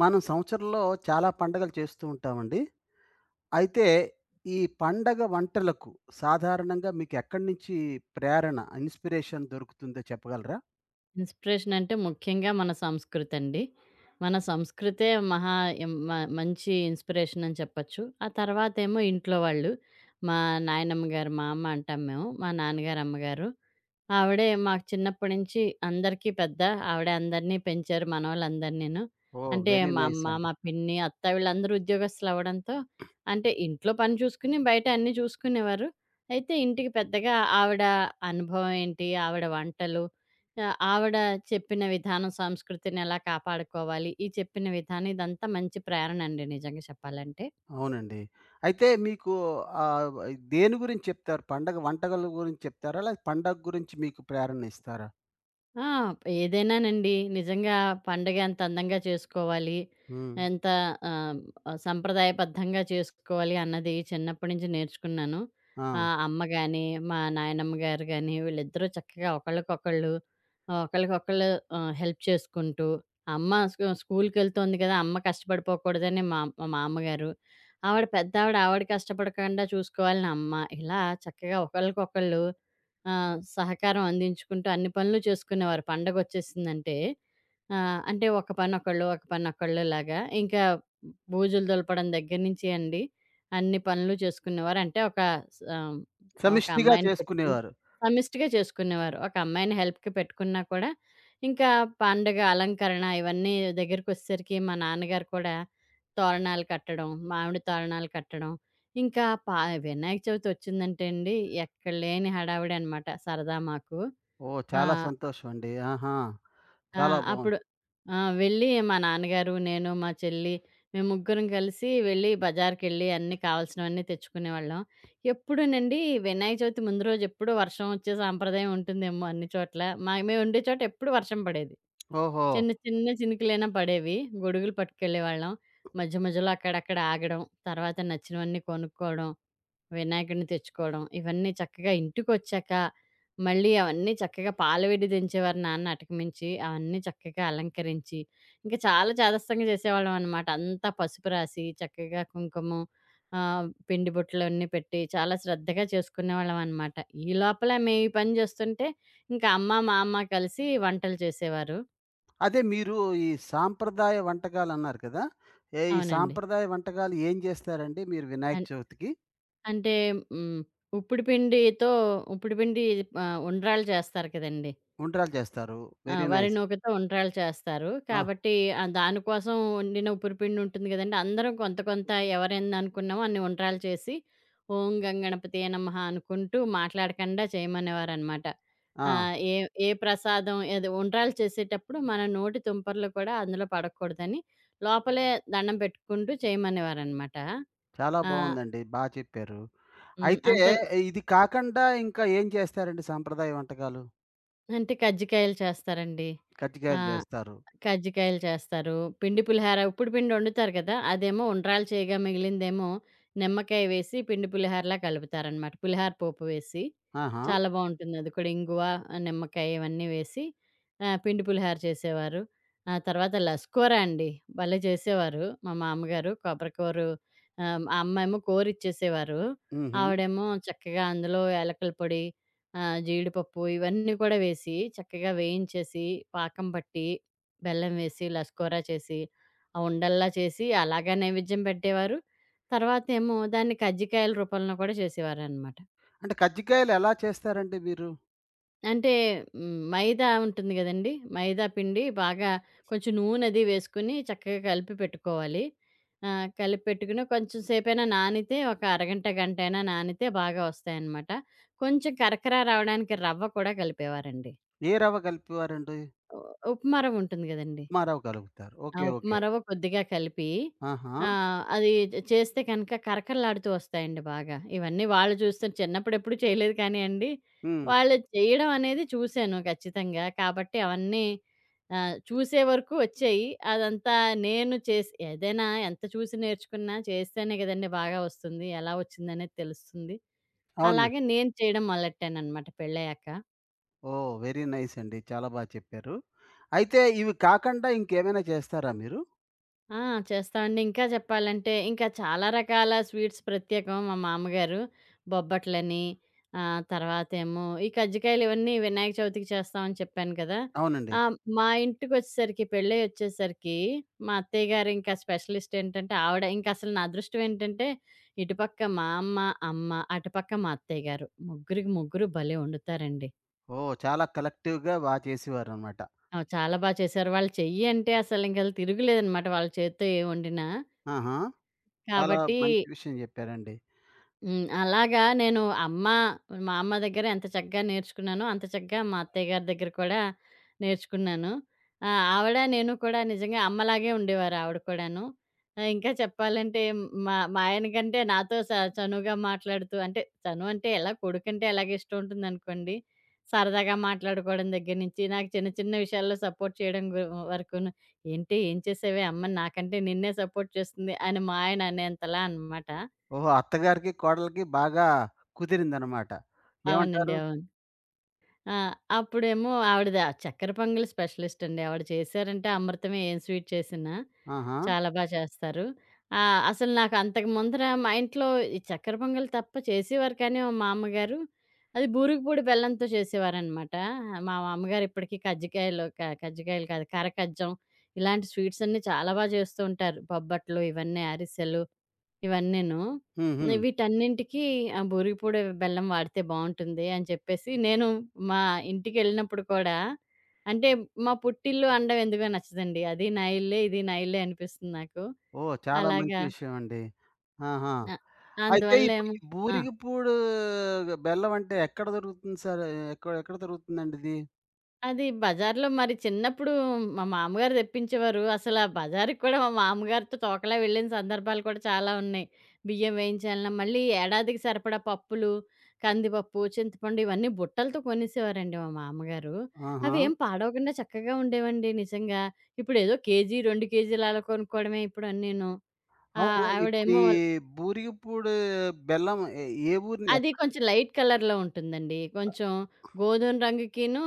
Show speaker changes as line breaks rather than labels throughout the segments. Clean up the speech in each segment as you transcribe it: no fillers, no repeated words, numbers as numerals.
మనం సంవత్సరంలో చాలా పండగలు చేస్తూ ఉంటామండి. అయితే ఈ పండగ వంటలకు సాధారణంగా మీకు ఎక్కడి నుంచి ప్రేరణ, ఇన్‌స్పిరేషన్ దొరుకుతుందో చెప్పగలరా?
ఇన్‌స్పిరేషన్ అంటే ముఖ్యంగా మన సంస్కృతండి. మన సంస్కృతే మహా ఎం మ మంచి ఇన్‌స్పిరేషన్ అని చెప్పొచ్చు. ఆ తర్వాతేమో ఇంట్లో వాళ్ళు. మా నాయనమ్మ గారు, మా అమ్మ అంటాం మేము. మా నాన్నగారు, అమ్మగారు. ఆవిడే మాకు చిన్నప్పటి నుంచి అందరికీ పెద్ద. ఆవిడే అందరినీ పెంచారు మనోళ్ళందరినీను.
ఓహ్!
అంటే
వెరీ
మా
నైస్
అమ్మ,
అండి.
మా పిన్ని, అత్త వీళ్ళందరూ ఉద్యోగస్తులవ్వడంతో అంటే ఇంట్లో పని చూసుకుని, బయట అన్నీ చూసుకునేవారు. అయితే ఇంటికి పెద్దగా ఆవిడ అనుభవం ఏంటి, ఆవిడ వంటలు, ఆవిడ చెప్పిన విధానం సంస్కృతిని ఎలా కాపాడుకోవాలి, ఈ చెప్పిన విధానం ఇదంతా మంచి ప్రేరణ అండి నిజంగా చెప్పాలంటే.
అవునండి. అయితే మీకు ఆహ్, దేని గురించి చెప్తారు? పండగ వంటకాల గురించి చెప్తారా? లేదా పండగ గురించి మీకు ప్రేరణ ఇస్తారా?
ఆ! ఏదైనానండి. నిజంగా పండగ ఎంత అందంగా చేసుకోవాలి,
హ్మ్.
ఎంత ఆహ్, సంప్రదాయబద్ధంగా చేసుకోవాలి అన్నది చిన్నప్పటి నుంచి నేర్చుకున్నాను.
ఆ!
అమ్మ గాని, మా నాయనమ్మ గారు గాని వీళ్ళిద్దరూ చక్కగా ఒకళ్ళకొకళ్ళు, ఒకళ్ళకొకళ్ళు హెల్ప్ చేసుకుంటూ, అమ్మ స్కూలుకెళ్తోంది కదా! అమ్మ కష్టపడిపోకూడదని మా అమ్మగారు, ఆవిడ పెద్దావిడ ఆవిడ ఆవిడ కష్టపడకుండా చూసుకోవాలి నా అమ్మ. ఇలా చక్కగా ఒకళ్ళకొకళ్ళు ఆ! సహకారం అందించుకుంటూ అన్ని పనులు చేసుకునేవారు. పండగొచ్చేసిందంటే అంటే ఒక పనొకళ్ళు, ఒక పనొకళ్ళు లాగా ఇంకా బూజులు దులపడం దగ్గర నుంచి అండి అన్ని పనులు చేసుకునేవారు. అంటే ఒక స్ ఆహ్, ఒక
సమిష్టిగా
అమ్మాయిని పెట్టుకొని
చేసుకునేవారు.
సమిష్టిగా చేసుకునేవారు. ఒక అమ్మాయిని హెల్ప్‌కి పెట్టుకున్నా కూడా ఇంకా పండగ అలంకరణ ఇవన్నీ దగ్గరికొచ్చేసరికి మా నాన్నగారు కూడా తోరణాలు కట్టడం, మామిడి తోరణాలు కట్టడం ఇంకా పా వినాయక చవితి వచ్చిందంటే అండి, ఎక్కడ లేని హడావిడి అనమాట సరదా మాకు.
ఓహ్! చాలా
ఆహ్,
సంతోషం అండి. ఆహా!
ఆ!
చాలా బావుంది.
అప్పుడు ఆ! వెళ్ళి మా నాన్నగారు, నేను, మా చెల్లి మేము ముగ్గురం కలిసి వెళ్ళి బజార్‌కెళ్ళి అన్నీ కావాల్సినవన్నీ తెచ్చుకునేవాళ్ళం. ఎప్పుడూనండి వినాయక చవితి ముందు రోజు ఎప్పుడూ వర్షం వచ్చే సాంప్రదాయం ఉంటుందేమో అన్ని చోట్ల. మేము ఉండే చోట ఎప్పుడు వర్షం పడేది.
ఓహో!
చిన్న చిన్న చినుకులైనా పడేవి. గొడుగులు పట్టుకెళ్ళేవాళ్ళం. మధ్య మధ్యలో అక్కడక్కడ ఆగడం, తర్వాత నచ్చినవన్నీ కొనుక్కోవడం. వినాయకుడిని తెచ్చుకోవడం. ఇవన్నీ చక్కగా ఇంటికొచ్చాక, మళ్ళీ అవన్నీ చక్కగా పాలవిడి దించేవారు నాన్న అటకమించి. అవన్నీ చక్కగా అలంకరించి, ఇంక చాలా చాదస్తంగా చేసేవాళ్ళం అనమాట. అంతా పసుపు రాసి, చక్కగా కుంకుమ పిండి బొట్లన్నీ పెట్టి, చాలా శ్రద్ధగా చేసుకునేవాళ్ళం అనమాట. ఈ లోపల మేము ఈ పని చేస్తుంటే, ఇంకా అమ్మ, మా అమ్మ కలిసి వంటలు చేసేవారు.
అదే మీరు ఈ సాంప్రదాయ వంటకాలన్నారు కదా! ఈ
అవునండి.
సాంప్రదాయ వంటకాలు ఏం చేస్తారండి మీరు వినాయక
అన్
చవితికి?
అంటే హ్మ్. ఉప్పుడు పిండితో ఉప్పుడు పిండి ఉండ్రాళ్ళు చేస్తారు కదండీ!
ఉండ్రాలు చేస్తారు.
ఆ!
వెరీ
వరి
నైస్.
నూకతో ఉండ్రాళ్ళు చేస్తారు.
ఆ!
కాబట్టి దానికోసం వండిన ఉప్పురిపిండి ఉంటుంది గదండీ! అందరం కొంత కొంత ఎవరెన్ని అనుకున్నామో అన్ని ఉండ్రాళ్ళు చేసి, ఓం గం గణపతియే నమః అనుకుంటూ మాట్లాడకుండా చేయమనేవారనమాట.
ఆ!
ఏ ఏ ప్రసాదం ఏది ఉండ్రాళ్ళు చేసేటప్పుడు మన నోటి తుంపర్లు కూడా అందులో పడకూడదని లోపలే దండం పెట్టుకుంటూ చేయమనేవారనమాట.
చాలా
ఆ!
బావుందండి. బా చెప్పారు.
హ్మ్.
అయితే ఇది కాకుండా ఇంకా ఏం చేస్తారండి సాంప్రదాయ వంటకాలు?
అంటే కజ్జికాయలు చేస్తారండి. ఆ!
కజ్జికాయలు చేస్తారు.
కజ్జికాయలు చేస్తారు. పిండి పులిహార ఉప్పుడు పిండి వండుతారు కదా! అదేమో ఉండ్రాలు చేయగా మిగిలిందేమో నిమ్మకాయ వేసి పిండి పులిహారలా కలుపుతారనమాట. పులిహార పోపు వేసి.
ఆహా!
చాలా బావుంటుంది. అది కూడా ఇంగువ, ఆ, నిమ్మకాయ ఇవన్నీ వేసి పిండి పులిహార చేసేవారు. ఆ తర్వాత లస్కూర అండి. భలే చేసేవారు మా మామగారు. కొబ్బరి కూరు ఆ అమ్మేమో కూరిచ్చేసేవారు.
హుహు.
ఆవిడేమో చక్కగా అందులో ఏలకల పొడి, జీడిపప్పు ఇవన్నీ కూడా వేసి చక్కగా వేయించేసి, పాకం పట్టి, బెల్లం వేసి, లస్కూర చేసి, ఆ ఉండల్లా చేసి అలాగా నైవేద్యం పెట్టేవారు. తర్వాతేమో దాన్ని కజ్జికాయల రూపంలో కూడా చేసేవారనమాట.
అంటే కజ్జికాయలు ఎలా చేస్తారండి మీరు?
అంటే హ్మ్. మైదా ఉంటుంది గదండీ! మైదా పిండి బాగా కొంచెం నూనెది వేసుకొని చక్కగా కలిపి పెట్టుకోవాలి. కలిపి పెట్టుకుని కొంచెం సేపైనా నానితే ఒక అరగంట, గంటైనా నానితే బాగా వస్తాయనమాట. కొంచెం కరకర రావడానికి రవ్వ కూడా కలిపేవారండి.
ఏ రవ్వ కలిపేవారండి?
ఉ ఉప్మా రవ్వుంటుంది గదండీ!
ఉప్మా రవ్వ కలుపుతారు.
ఆ!
ఓకే. ఓకే.
ఉప్మా రవ్వ కొద్దిగా కలిపి
ఆహా!
అది చేస్తే కనుక కరకరలాడుతూ వస్తాయండి బాగా. ఇవన్నీ వాళ్ళు చూస్తే చిన్నప్పుడు ఎప్పుడు చేయలేదు కానీయండి.
హ్మ్.
వాళ్ళు చేయడం అనేది చూసాను ఖచ్చితంగా. కాబట్టి అవన్నీ చూసే వరకు వచ్చాయి. అదంతా నేను చేసి ఏదైనా ఎంత చూసి నేర్చుకున్నా చేస్తేనే కదండీ బాగా వస్తుంది. ఎలా వచ్చిందనేది తెలుస్తుంది.
అవును.
అలాగే నేను చేయడం మొదలెట్టాననమాట పెళ్ళయ్యాక.
ఓహ్! వెరీ నైస్ అండి. చాలా బా చెప్పారు. అయితే ఇవి కాకుండా ఇంకేమైనా చేస్తారా మీరు?
ఆ! చేస్తామండి. ఇంకా చెప్పాలంటే, ఇంకా చాలా రకాల స్వీట్స్ ప్రత్యేకం మా మామ్మగారు. బొబ్బట్లని, తర్వాతేమో ఈ కజ్జికాయలు ఇవన్నీ వినాయక చవితికి చేస్తామని చెప్పాను కదా!
అవునండి.
మా ఇంటికొచ్చేసరికి, పెళ్ళై వచ్చేసరికి మా అత్తయ్య గారు ఇంకా స్పెషలిస్ట్ ఏంటంటే ఆవిడ ఇంకసలు నా అదృష్టం ఏంటంటే, ఇటుపక్క మా అమ్మ, అమ్మ, అటుపక్క మా అత్తయ్య గారు. ముగ్గురికి ముగ్గురు భలే వండుతారండి.
ఓహ్! చాలా కలెక్టివ్‌గా బా చేసేవారనమాట.
ఆ! చాలా బా చేశారు. వాళ్ళ చెయ్యి అంటే అసలింక తిరుగులేదనమాట వాళ్ళ చేత్తో ఏం వండినా.
ఆహా! చాలా
కాబట్టి
మంచి విషయం చెప్పారండి.
హ్మ్. అలాగా నేను అమ్మ, మా అమ్మ దగ్గర ఎంత చక్కగా నేర్చుకున్నానో, అంత చక్కగా మా అత్తయ్య గారి దగ్గర కూడా నేర్చుకున్నాను. ఆవిడ, నేను కూడా నిజంగా అమ్మలాగే ఉండేవారు ఆవిడ కూడాను. ఇంకా చెప్పాలంటే మా మా ఆయన కంటే నాతో చనువుగా మాట్లాడుతూ అంటే చనువు అంటే ఎలా కొడుకంటే ఎలాగ ఇష్టం ఉంటుందనుకోండి. సరదాగా మాట్లాడుకోవడం దగ్గర నుంచి, నాకు చిన్న చిన్న విషయాల్లో సపోర్ట్ చేయడం వరకును. "ఏంటి ఏం చేసావే అమ్మ నాకంటే నిన్నే సపోర్ట్ చేస్తుంది" అని మా ఆయన అనేంతలా అనమాట.
ఓహో! అత్తగారికి, కోడలికి బాగా కుదిరిందనమాట.
అవునండి.
ఏమంటారు?
అవును. ఆ! అప్పుడేమో ఆవిడది ఆ చక్కెర పొంగలి స్పెషలిస్ట్ అండి. ఆవిడ చేశారంటే అమృతమే ఏం స్వీట్ చేసినా.
ఆహా!
చాలా బా చేస్తారు. అసలు నాకు అంతకు ముందర మా ఇంట్లో ఈ చక్కెర పొంగలి తప్ప చేసేవారు కానీ మా అమ్మగారు. అది బూరుగు పొడి బెల్లంతో చేసేవారనమాట. మా అమ్మగారు ఇప్పటికి కజ్జికాయలు కజ్జికాయలు కాదు కరకజ్జం ఇలాంటి స్వీట్స్ అన్నీ చాలా బా చేస్తూ ఉంటారు. బొబ్బట్లు ఇవన్నీ అరిసెలు. ఇవన్నీను.
హుహు.
వీటన్నింటికి ఆ బూరిగపొడి బెల్లం వాడితే బావుంటుంది అని చెప్పేసి, నేను మా ఇంటికెళ్ళినప్పుడు కూడా అంటే మా పుట్టిల్లు అనడం ఎందుకో నచ్చదండి. అది నా ఇల్లే, ఇది నా ఇల్లే అనిపిస్తుంది నాకు.
ఓహ్! చాలా మంచి
అలాగా.
విషయం అండి. ఆహా!
అ
అయితే ఇప్పుడు
అందువల్లేమో
ఈ
ఆ! అందువల్ల ఏమో
బూరిగపూడు బెల్లం అంటే ఎక్కడ దొరుకుతుంది సార్? ఎక్కడ ఎక్కడ దొరుకుతుందండిది?
అది బజార్‌లో మరి చిన్నప్పుడు మా మామగారు తెప్పించేవారు. అసల బజారుకి కూడా మా మామగారితో తోకలా వెళ్ళిన సందర్భాలు కూడా చాలా ఉన్నాయి. బియ్యం వేయించాలన్నా, మళ్ళీ ఏడాదికి సరిపడా పప్పులు, కందిపప్పు, చింతపండు ఇవన్నీ బుట్టలతో కొనేసేవారండి మా మామగారు.
ఆహా!
అవేం పాడవకుండా చక్కగా ఉండేవండి నిజంగా. ఇప్పుడేదో కేజీ, 2 కేజీలు అలా కొనుక్కోవడమే ఇప్పుడు అన్నీను.
అవును. ఇప్పుడు ఈ
ఆవిడేమో
బూరిగపూడి బెల్లం ఏ ఊరిని
అది
ఎక్
కొంచెం లైట్ కలర్‌లో ఉంటుందండి. కొంచెం గోధుమ రంగుకిను,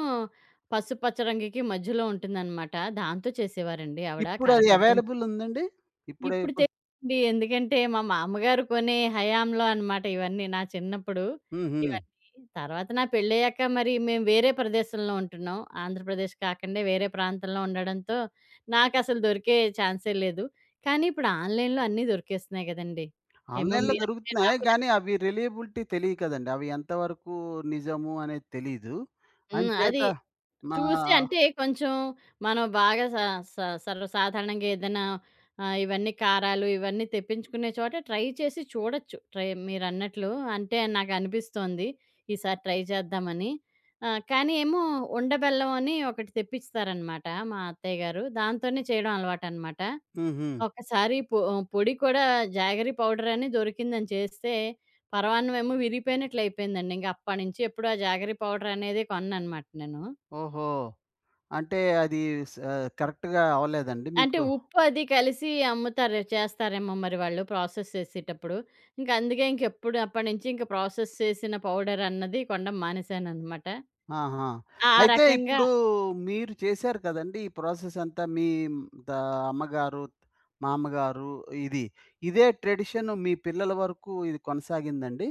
పసుపచ్చ రంగుకి మధ్యలో ఉంటుందనమాట. దాంతో చేసేవారండి ఆవిడ
ఇప్పుడది
కారకజ్జం.
అవైలబుల్ ఉందండి?
ఇప్పుడు
ఇప్పుడు
తెలీదండి. ఎందుకంటే మా మామగారు కొనే హయాంలో అనమాట ఇవన్నీ నా చిన్నప్పుడు
హుహు.
ఇవన్నీ. తర్వాత నా పెళ్ళయ్యాక మరి మేము వేరే ప్రదేశంలో ఉంటున్నాం. ఆంధ్రప్రదేశ్ కాకుండా వేరే ప్రాంతంలో ఉండడంతో నాకసలు దొరికే ఛాన్సే లేదు. కానీ ఇప్పుడు ఆన్‌లైన్‌లో అన్నీ దొరికేస్తున్నాయి గదండీ. ఏమో
ఆన్‌లైన్‌లో
మీరంటే
దొరుకుతున్నాయి.
నాకు
గానీ అవి రిలయబిలిటీ తెలియదు కదండీ. అవి ఎంతవరకు నిజము అనేది తెలీదు.
హ్మ్.
అంచేత
అది
మా
చూసి అంటే కొంచెం మనం బాగా స స సర్వసాధారణంగా ఏదైనా ఇవన్నీ కారాలు ఇవన్నీ తెప్పించుకునే చోట ట్రై చేసి చూడొచ్చు. ట్రై మీరన్నట్లు అంటే నాకనిపిస్తోంది. ఈసారి ట్రై చేద్దామని. కానీ ఏమో ఉండ బెల్లం అని ఒకటి తెప్పిస్తారనమాట మా అత్తయ్య గారు. దాంతోనే చేయడం అలవాటనమాట.
హుహు.
ఒకసారి పొడి కూడా జాగరి పౌడర్ అని దొరికిందని చేస్తే పరమాన్నమేమో విరిగిపోయినట్లయిపోయిందండి. ఇంక అప్పటి నుంచి ఎప్పుడు ఆ జాగరి పౌడర్ అనేది కొనననమాట నేను.
ఓహో! అంటే అది స కరెక్ట్‌గా అవ్వలేదండి
అంటే
మీకు?
ఉప్పు అది కలిసి అమ్ముతారు చేస్తారేమో మరి వాళ్ళు ప్రాసెస్ చేసేటప్పుడు. ఇంక అందుకే ఇంకెప్పుడు అప్పటినుంచి ఇంక ప్రాసెస్ చేసిన పౌడర్ అన్నది కొనడం మానేశాననమాట.
ఆహా!
ఆ! ఆ
అయితే
రకంగా
ఇప్పుడు మీరు చేశారు కదండీ! ఈ ప్రాసెస్ అంతా మీ ద అమ్మగారు, మామగారు ఇది. ఇదే ట్రెడిషన్ మీ పిల్లల వరకు ఇది కొనసాగిందండి?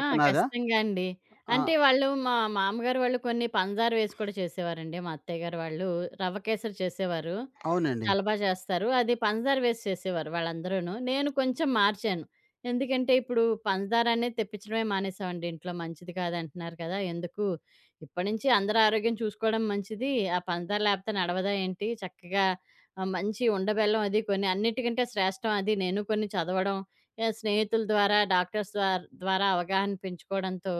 ఆ! ఖచ్చితంగా అండి.
ఆ!
అంటే వాళ్ళు మా మామగారు వాళ్ళు కొన్ని పంచదార వేసి కూడా చేసేవారండి. మా అత్తయ్య గారు వాళ్ళు రవ్వ కేసరి చేసేవారు.
అవునండి.
చాలా బా చేస్తారు. అది పంచదార వేసి చేసేవారు వాళ్ళందరూను. నేను కొంచెం మార్చాను. ఎందుకంటే ఇప్పుడు పంచదార అనేది తెప్పించడమే మానేసామండి ఇంట్లో. మంచిది కాదంటున్నారు కదా! ఎందుకు ఇప్పటినుంచి అందరి ఆరోగ్యం చూసుకోవడం మంచిది. ఆ పంచదార లేపోతే నడవదా ఏంటి? చక్కగా మంచి ఉండబెల్లం అది కొన్ని అన్నిటికంటే శ్రేష్టం అది. నేను కొన్ని చదవడం, స్నేహితుల ద్వారా డాక్టర్స్ ద్వారా అవగాహన పెంచుకోవడంతో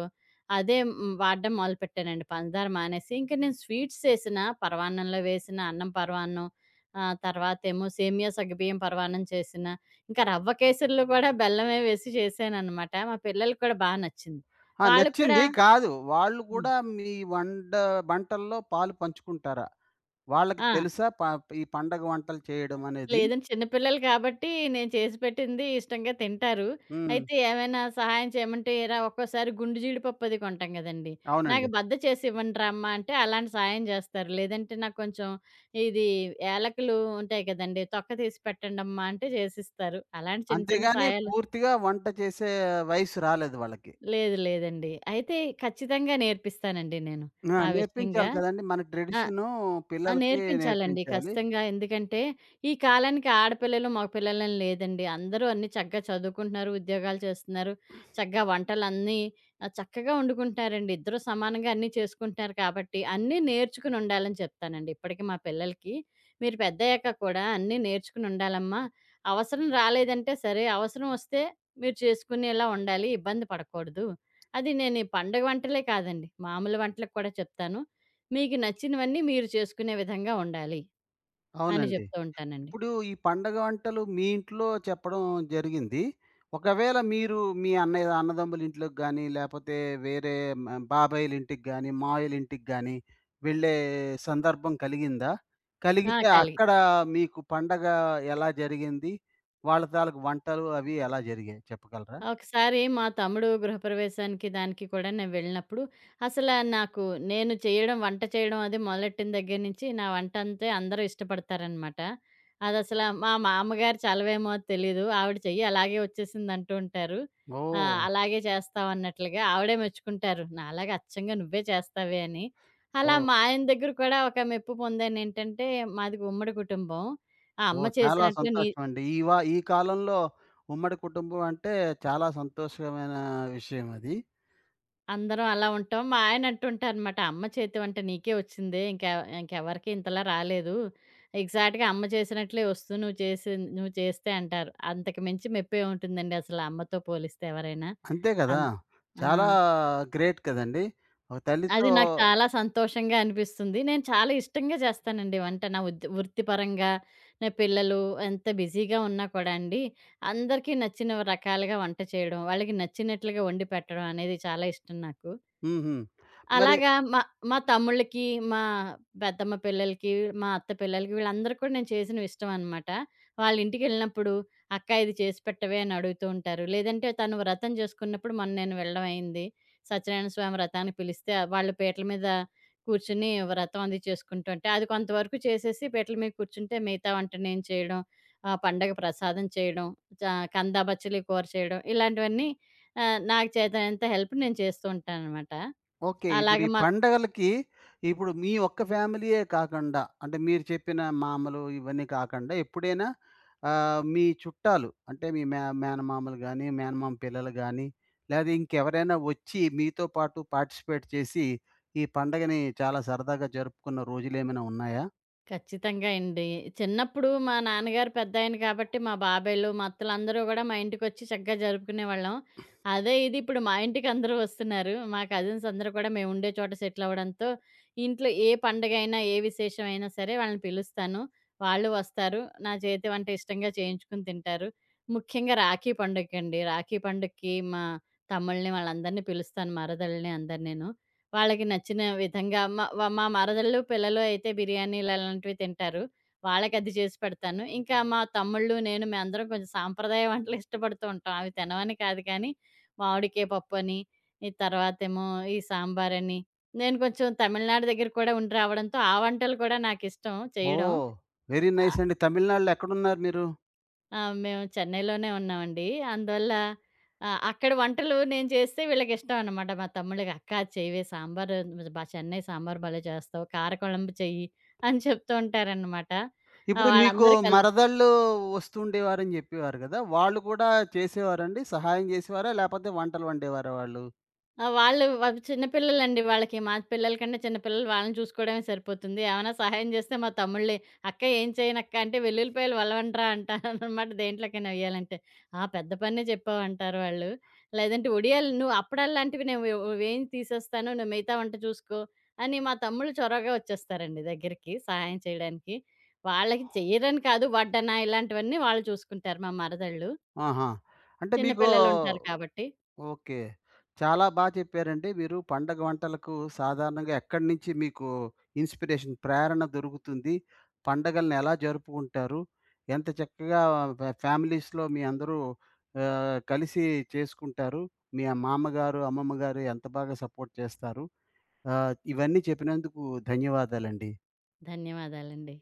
అదే హ్మ్, వాడడం మొదలుపెట్టానండి పంచదార మానేసి. ఇంక నేను స్వీట్స్ చేసినా పరమాన్నంలో వేసినా, అన్నం పరమాన్నం ఆ! తర్వాతేమో సేమియా సగ్గుబియ్యం పరమాన్నం చేసిన, ఇంకా రవ్వ కేసరిలో కూడా బెల్లమే వేసి చేశాననమాట. మా పిల్లలకి కూడా బా నచ్చింది.
ఆ!
వాళ్ళు కూడా
నచ్చింది. కాదు. వాళ్ళు
హ్మ్.
కూడా మీ వంటల్లో పాలు పంచుకుంటారా? వాళ్ళకి
ఆ!
తెలుసా ఈ పండగ వంటలు చేయడం అనేది?
లేదంటే చిన్న పిల్లలు కాబట్టి నేను చేసి పెట్టింది ఇష్టంగా తింటారు.
హ్మ్.
అయితే ఏమైనా సహాయం చేయమంటే, "ఏరా ఒక్కోసారి గుండు జీడిపప్పు అది కొంటాం గదండీ!
అవునండి.
నాకు బద్ద చేసి ఇవ్వండిరా అమ్మ" అంటే అలాంటి సాయం జేస్తారు. లేదంటే నాకు కొంచెం ఇది యాలకులు ఉంటాయి గదండీ! తొక్క తీసి పెట్టండమ్మా అంటే చేసిస్తారు. అలాంటి చిన్న చిన్న
అంతేగాని
సాయాలు
పూర్తిగా వంట చేసే వయస్సు రాలేదు వాళ్ళకి.
లేదు లేదండి. అయితే ఖచ్చితంగా నేర్పిస్తానండి నేను.
ఆ!
ఆ విషయంగా
నేర్పించాలి కదండీ! మన
ఆ!
ట్రెడిషను
ఆ!
పిల్లలకి
నేర్పించాలండి
నేర్పించాలి.
ఖచ్చితంగా. ఎందుకంటే, ఈ కాలానికి ఆడపిల్లలు, మగపిల్లలని లేదండి. అందరూ అన్నీ చక్కగా చదువుకుంటున్నారు, ఉద్యోగాలు చేస్తున్నారు. చక్కగా వంటలన్నీ చక్కగా వండుకుంటున్నారండి. ఇద్దరూ సమానంగా అన్నీ చేసుకుంటున్నారు కాబట్టి, అన్నీ నేర్చుకుని ఉండాలని చెప్తానండి ఇప్పటికి మా పిల్లలకి. మీరు పెద్దయ్యాక కూడా అన్నీ నేర్చుకుని ఉండాలమ్మా. అవసరం రాలేదంటే సరే, అవసరం వస్తే మీరు చేసుకునేలా ఉండాలి. ఇబ్బంది పడకూడదు. అది నేను ఈ పండుగ వంటలే కాదండి, మామూలు వంటలకు కూడా చెప్తాను. మీకు నచ్చినవన్నీ మీరు చేసుకునే విధంగా ఉండాలి అని
అవునండి.
చెప్తూ ఉంటానండి.
ఇప్పుడు ఈ పండగ వంటలు మీ ఇంట్లో చెప్పడం జరిగింది. ఒకవేళ మీరు మీ అన్నయ్య అన్నదమ్ముల ఇంట్లోకి గానీ, లేపోతే వేరే మ బాబాయిల ఇంటికి గానీ, మావయ్యల ఇంటికి గానీ వెళ్ళే సందర్భం కలిగిందా?
ఆ!
కలిగితే
కలిగాయి.
అక్కడ మీకు పండగ ఎలా జరిగింది? వాళ్ళ తాలూకు వంటలు అవి ఎలా జరిగాయి చెప్పగలరా?
ఒకసారి మా తమ్ముడు గృహప్రవేశానికి దానికి కూడా నేను వెళ్ళినప్పుడు, అసల నాకు నేను చేయడం వంట చేయడం అది మొదలెట్టిన దగ్గర నుంచి నా వంట అంతే అందరూ ఇష్టపడతారనమాట. అదసల మా మా అమ్మగారి చలవేమో అది తెలీదు. ఆవిడ చెయ్యి అలాగే వచ్చేసిందంటూ ఉంటారు.
ఓహ్!
అలాగే చేస్తావన్నట్లుగా ఆవిడే మెచ్చుకుంటారు. నాలాగా అచ్చంగా నువ్వే చేస్తావే అని. అలా
ఓహ్!
మా ఆయన దగ్గర కూడా ఒక మెప్పు పొందానేంటంటే, మాది ఉమ్మడి కుటుంబం. ఆ అమ్మ
ఓహ్! చాలా
చేసినట్లు నీ
సంతోషం అండి. ఈ ఈ కాలంలో ఉమ్మడి కుటుంబం అంటే చాలా సంతోషకరమైన విషయం అది.
అందరం అలా ఉంటాం. మా ఆయన అంటుంటారనమాట, "అమ్మ చేతి వంట నీకే వచ్చిందే. ఇంక ఇంకెవరికీ ఇంతలా రాలేదు. ఎగ్జాక్ట్‌గా అమ్మ చేసినట్లే వస్తుంది నువ్వు చేసి నువ్వు చేస్తే" అంటారు. అంతకు మించి మెప్పేముంటుందండి అసలు అమ్మతో పోలిస్తే ఎవరైనా.
అంతే కదా!
అన్ ఆ!
చాలా గ్రేట్ కదండీ! ఒక
అది
తల్లితో
నాకు చాలా సంతోషంగా అనిపిస్తుంది. నేను చాలా ఇష్టంగా చేస్తానండి వంట. నా ఉద్ వృత్తిపరంగా, నా పిల్లలు ఎంత బిజీగా ఉన్నా కూడా అండి, అందరికీ నచ్చిన రకాలుగా వంట చేయడం, వాళ్ళకి నచ్చినట్లుగా వండి పెట్టడం అనేది చాలా ఇష్టం నాకు.
హుహు. మరి
అలాగా మా మా తమ్ముళ్ళకి, మా పెద్దమ్మ పిల్లలకి, మా అత్త పిల్లలకి వీళ్ళందరికి కూడా నేను చేసినవి ఇష్టమనమాట. వాళ్ళింటికెళ్ళినప్పుడు, "అక్క ఇది చేసి పెట్టవే" అని అడుగుతూ ఉంటారు. లేదంటే తను వ్రతం చేసుకున్నప్పుడు మొన్న నేను వెళ్ళడం అయింది. సత్యనారాయణ స్వామి వ్రతానికి పిలిస్తే వాళ్ళు పీటల మీద కూర్చొని వ్రతం అది చేసుకుంటూ ఉంటే, అది కొంతవరకు చేసేసి పీటల మీద కూర్చుంటే మిగతా వంట నేను చేయడం, పండగ ప్రసాదం చేయడం, కందా బచ్చలి కూర చేయడం ఇలాంటివన్నీ నాకు చేతనైనంత హెల్ప్ నేను చేస్తూ ఉంటాననమాట.
ఓకే. ఇప్పుడు
అలాగే
ఈ
మా
పండగలకి ఇప్పుడు మీ ఒక్క ఫ్యామిలీయే కాకుండా, అంటే మీరు చెప్పిన మామలు ఇవన్నీ కాకుండా ఎప్పుడైనా మీ చుట్టాలు అంటే మీ మేనమామలు గాని, మేనమామ పిల్లలు గాని, లేదా ఇంకెవరైనా వచ్చి మీతో పాటు పార్టిసిపేట్ చేసి, ఈ పండగని చాలా సరదాగా జరుపుకున్న రోజులేమైనా ఉన్నాయా?
ఖచ్చితంగా అండి. చిన్నప్పుడు మా నాన్నగారు పెద్దాయన కాబట్టి, మా బాబాయిలు, మా అత్తలందరూ గూడా మా ఇంటికొచ్చి చక్కగా జరుపుకునేవాళ్ళం. అదే ఇది ఇప్పుడు మా ఇంటికందరూ వస్తున్నారు. మా కజిన్స్ అందరూ కూడా మేముండే చోట సెటిలవ్వడంతో, ఇంట్లో ఏ పండగైనా, ఏ విశేషమైనా సరే వాళ్ళని పిలుస్తాను. వాళ్ళు వస్తారు. నా చేతి వంట ఇష్టంగా చేయించుకుని తింటారు. ముఖ్యంగా రాఖీ పండగకండి. రాఖీ పండగకి మా తమ్ముళ్ళని వాళ్ళందరినీ పిలుస్తాను. మరదల్ని అందరినీను. వాళ్ళకి నచ్చిన విధంగా మా మరదళ్ళు, పిల్లలు అయితే బిర్యానీలు అలాంటివి తింటారు. వాళ్ళకది చేసి పెడతాను. ఇంకా మా తమ్ముళ్ళు, నేను మేమందరం కొంచెం సాంప్రదాయ వంటలు ఇష్టపడుతూ ఉంటాం. అవి తినమని కాదు కానీ, మామిడికాయ పప్పని, ఈ తర్వాతేమో ఈ సాంబారని, నేను కొంచెం తమిళనాడు దగ్గర కూడా ఉండి రావడంతో, ఆ వంటలు కూడా నాకిష్టం చేయడం.
ఓహ్! వెరీ నైస్ అండి. తమిళనాడులో ఎక్కడున్నారు మీరు?
ఆ! మేము చెన్నైలోనే ఉన్నామండి. అందువల్ల అక్కడ వంటలు నేను చేస్తే వీళ్ళకిష్టం అనమాట. మా తమ్ముళ్ళకి, "అక్క అది చెయ్యవే సాంబారు బా చెన్నై సాంబారు భలే చేస్తావు. కారకుళంబు చెయ్యి" అని చెప్తూ ఉంటారనమాట.
ఇప్పుడు మీకు
వాళ్ళందరూ కలిసి
మరదళ్ళు వస్తుండేవారని జెప్పేవారు గదా! వాళ్ళు కూడా చేసేవారండి? సహాయం జేసేవారా? లేపోతే వంటలు వండేవారా వాళ్ళు?
ఆ! వాళ్ళు వాళ్ళు చిన్న పిల్లలండి వాళ్ళకి. మా పిల్లల కంటే చిన్న పిల్లలు వాళ్ళని చూసుకోవడమే సరిపోతుంది. ఏమైనా సహాయం చేస్తే మా తమ్ముళ్ళే, "అక్క ఏం చేయనక్క" అంటే, "వెల్లుల్లిపాయలు వలవండ్రా" అంటాననమాట దేంట్లోకైనా వెయ్యాలంటే. "ఆ! పెద్ద పనే చెప్పావు" అంటారు వాళ్ళు. లేదంటే, "ఒడియాలు నువ్వు అప్పడాల్లాంటివి నేను వేయించి తీసేస్తాను. నువ్వు మిగతా వంట చూసుకో" అని మా తమ్ముళ్ళు చొరవగా వచ్చేస్తారండి దగ్గరికి సహాయం చేయడానికి. వాళ్ళకి చెయ్యరని కాదు, వడ్డన ఇలాంటివన్నీ వాళ్ళు చూసుకుంటారు మా మరదళ్ళు.
ఆహా! అంటే
చిన్న
మీకు
పిల్లలుంటారు కాబట్టి.
ఓకే. చాలా బా చెప్పారండి. మీరు పండగ వంటలకు సాధారణంగా ఎక్కడి నుంచి మీకు ఇన్‌స్పిరేషన్ ప్రేరణ దొరుకుతుంది? పండగలను ఎలా జరుపుకుంటారు? ఎంత చక్కగా ఫ్యామిలీస్‌లో మీ అందరూ కలిసి చేసుకుంటారు. మీ మామగారు, అమ్మమ్మ గారు ఎంత బాగా సపోర్ట్ చేస్తారు? ఆ! ఇవన్నీ చెప్పినందుకు ధన్యవాదాలండి.
ధన్యవాదాలండి.